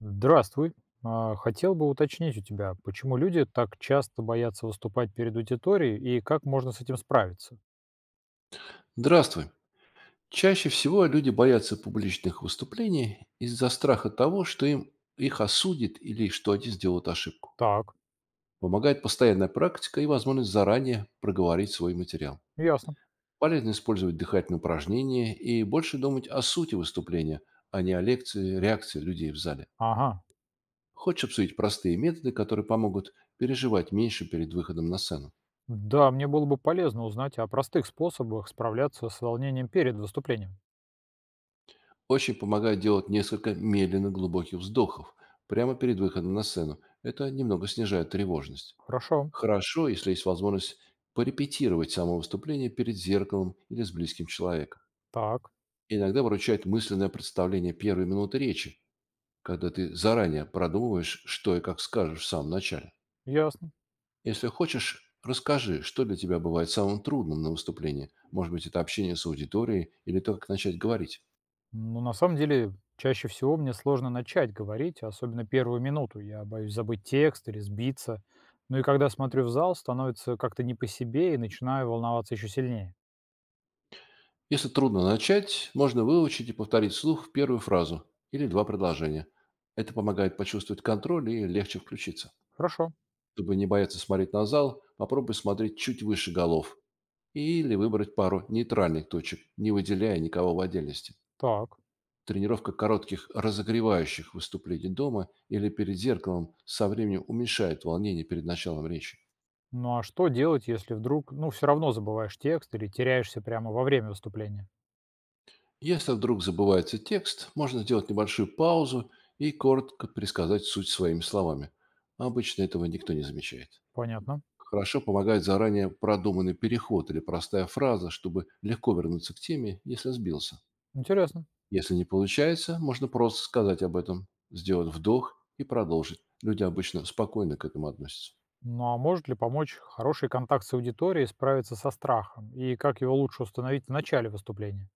Здравствуй. Хотел бы уточнить у тебя, почему люди так часто боятся выступать перед аудиторией и как можно с этим справиться? Здравствуй. Чаще всего люди боятся публичных выступлений из-за страха того, что им их осудят или что они сделают ошибку. Так, Помогает постоянная практика и возможность заранее проговорить свой материал. ясно. Полезно использовать дыхательные упражнения и больше думать о сути выступления, а не о лекции, реакции людей в зале. Ага. Хочешь обсудить простые методы, которые помогут переживать меньше перед выходом на сцену? Да, мне было бы полезно узнать о простых способах справляться с волнением перед выступлением. Очень помогает делать несколько медленно глубоких вздохов прямо перед выходом на сцену. Это немного снижает тревожность. Хорошо. Хорошо, если есть возможность порепетировать само выступление перед зеркалом или с близким человеком. Так, Иногда выручает мысленное представление первой минуты речи, когда ты заранее продумываешь, что и как скажешь в самом начале. ясно. Если хочешь, расскажи, что для тебя бывает самым трудным на выступлении. Может быть, это общение с аудиторией или то, как начать говорить. Ну, на самом деле, чаще всего мне сложно начать говорить, особенно первую минуту. Я боюсь забыть текст или сбиться. Ну и когда смотрю в зал, становится как-то не по себе и начинаю волноваться еще сильнее. Если трудно начать, можно выучить и повторить вслух первую фразу или два предложения. Это помогает почувствовать контроль и легче включиться. Хорошо. Чтобы не бояться смотреть на зал, попробуй смотреть чуть выше голов или выбрать пару нейтральных точек, не выделяя никого в отдельности. Так. Тренировка коротких разогревающих выступлений дома или перед зеркалом со временем уменьшает волнение перед началом речи. Ну а что делать, если вдруг, ну, все равно забываешь текст или теряешься прямо во время выступления? Если вдруг забывается текст, можно сделать небольшую паузу и коротко пересказать суть своими словами. Обычно этого никто не замечает. Понятно. Хорошо помогает заранее продуманный переход или простая фраза, чтобы легко вернуться к теме, если сбился. Интересно. Если не получается, можно просто сказать об этом, сделать вдох и продолжить. Люди обычно спокойно к этому относятся. Ну а может ли помочь хороший контакт с аудиторией справиться со страхом? И как его лучше установить в начале выступления?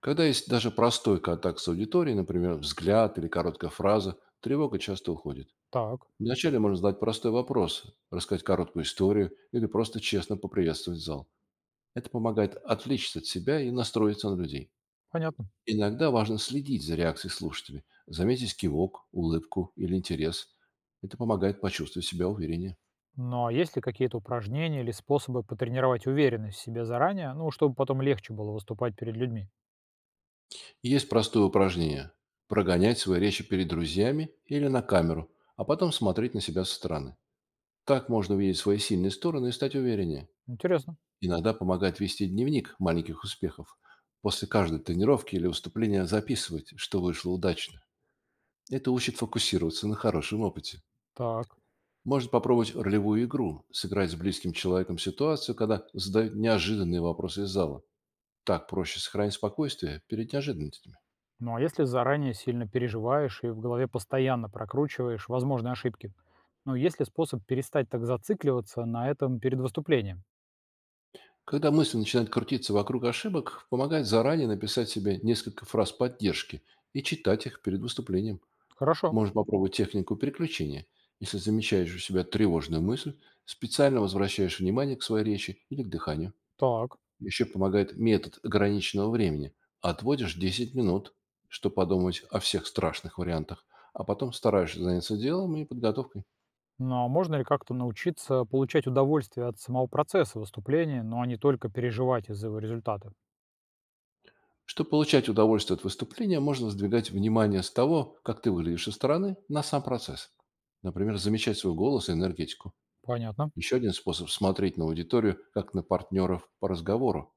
Когда есть даже простой контакт с аудиторией, например, взгляд или короткая фраза, тревога часто уходит. Так, Вначале можно задать простой вопрос, рассказать короткую историю или просто честно поприветствовать зал. Это помогает отвлечься от себя и настроиться на людей. понятно. Иногда важно следить за реакцией слушателей, заметить кивок, улыбку или интерес. Это помогает почувствовать себя увереннее. Ну а есть ли какие-то упражнения или способы потренировать уверенность в себе заранее, ну, чтобы потом легче было выступать перед людьми? Есть простое упражнение– прогонять свои речи перед друзьями или на камеру, а потом смотреть на себя со стороны. Так можно увидеть свои сильные стороны и стать увереннее. Интересно. Иногда помогает вести дневник маленьких успехов. После каждой тренировки или выступления записывать, что вышло удачно. Это учит фокусироваться на хорошем опыте. Так. Можно попробовать ролевую игру, сыграть с близким человеком ситуацию, когда задают неожиданные вопросы из зала. Так проще сохранить спокойствие перед неожиданностями. Ну а если заранее сильно переживаешь и в голове постоянно прокручиваешь возможные ошибки? Ну, есть ли способ перестать так зацикливаться на этом перед выступлением? Когда мысли начинают крутиться вокруг ошибок, помогает заранее написать себе несколько фраз поддержки и читать их перед выступлением. Хорошо. Можно попробовать технику переключения. Если замечаешь у себя тревожную мысль, специально возвращаешь внимание к своей речи или к дыханию. Так. Еще помогает метод ограниченного времени. Отводишь 10 минут, чтобы подумать о всех страшных вариантах, а потом стараешься заняться делом и подготовкой. Но можно ли как-то научиться получать удовольствие от самого процесса выступления, но не только переживать из-за его результата? Чтобы получать удовольствие от выступления, можно сдвигать внимание с того, как ты выглядишь со стороны, на сам процесс. Например, замечать свой голос и энергетику. Понятно. Еще один способ– смотреть на аудиторию, как на партнеров по разговору,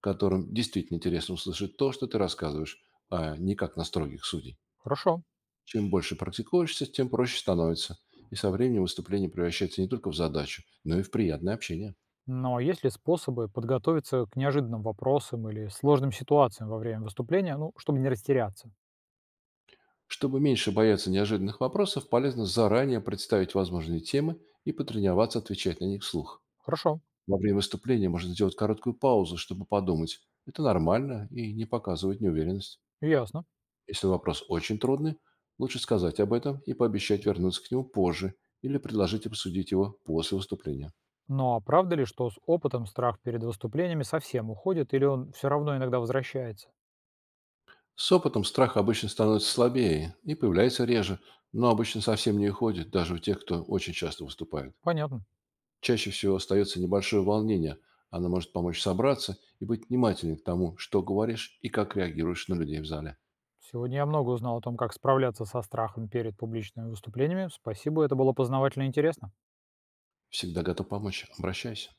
которым действительно интересно услышать то, что ты рассказываешь, а не как на строгих судей. Хорошо. Чем больше практикуешься, тем проще становится, и со временем выступление превращается не только в задачу, но и в приятное общение. Но есть ли способы подготовиться к неожиданным вопросам или сложным ситуациям во время выступления, ну, чтобы не растеряться? Чтобы меньше бояться неожиданных вопросов, полезно заранее представить возможные темы и потренироваться отвечать на них вслух. Хорошо. Во время выступления можно сделать короткую паузу, чтобы подумать. Это нормально и не показывает неуверенность. Ясно. Если вопрос очень трудный, лучше сказать об этом и пообещать вернуться к нему позже или предложить обсудить его после выступления. Но а правда ли, что с опытом страх перед выступлениями совсем уходит, или он все равно иногда возвращается? С опытом страх обычно становится слабее и появляется реже, но обычно совсем не уходит, даже у тех, кто очень часто выступает. Понятно. Чаще всего остается небольшое волнение, оно может помочь собраться и быть внимательнее к тому, что говоришь и как реагируешь на людей в зале. Сегодня я много узнал о том, как справляться со страхом перед публичными выступлениями. Спасибо, это было познавательно и интересно. Всегда готов помочь, обращайся.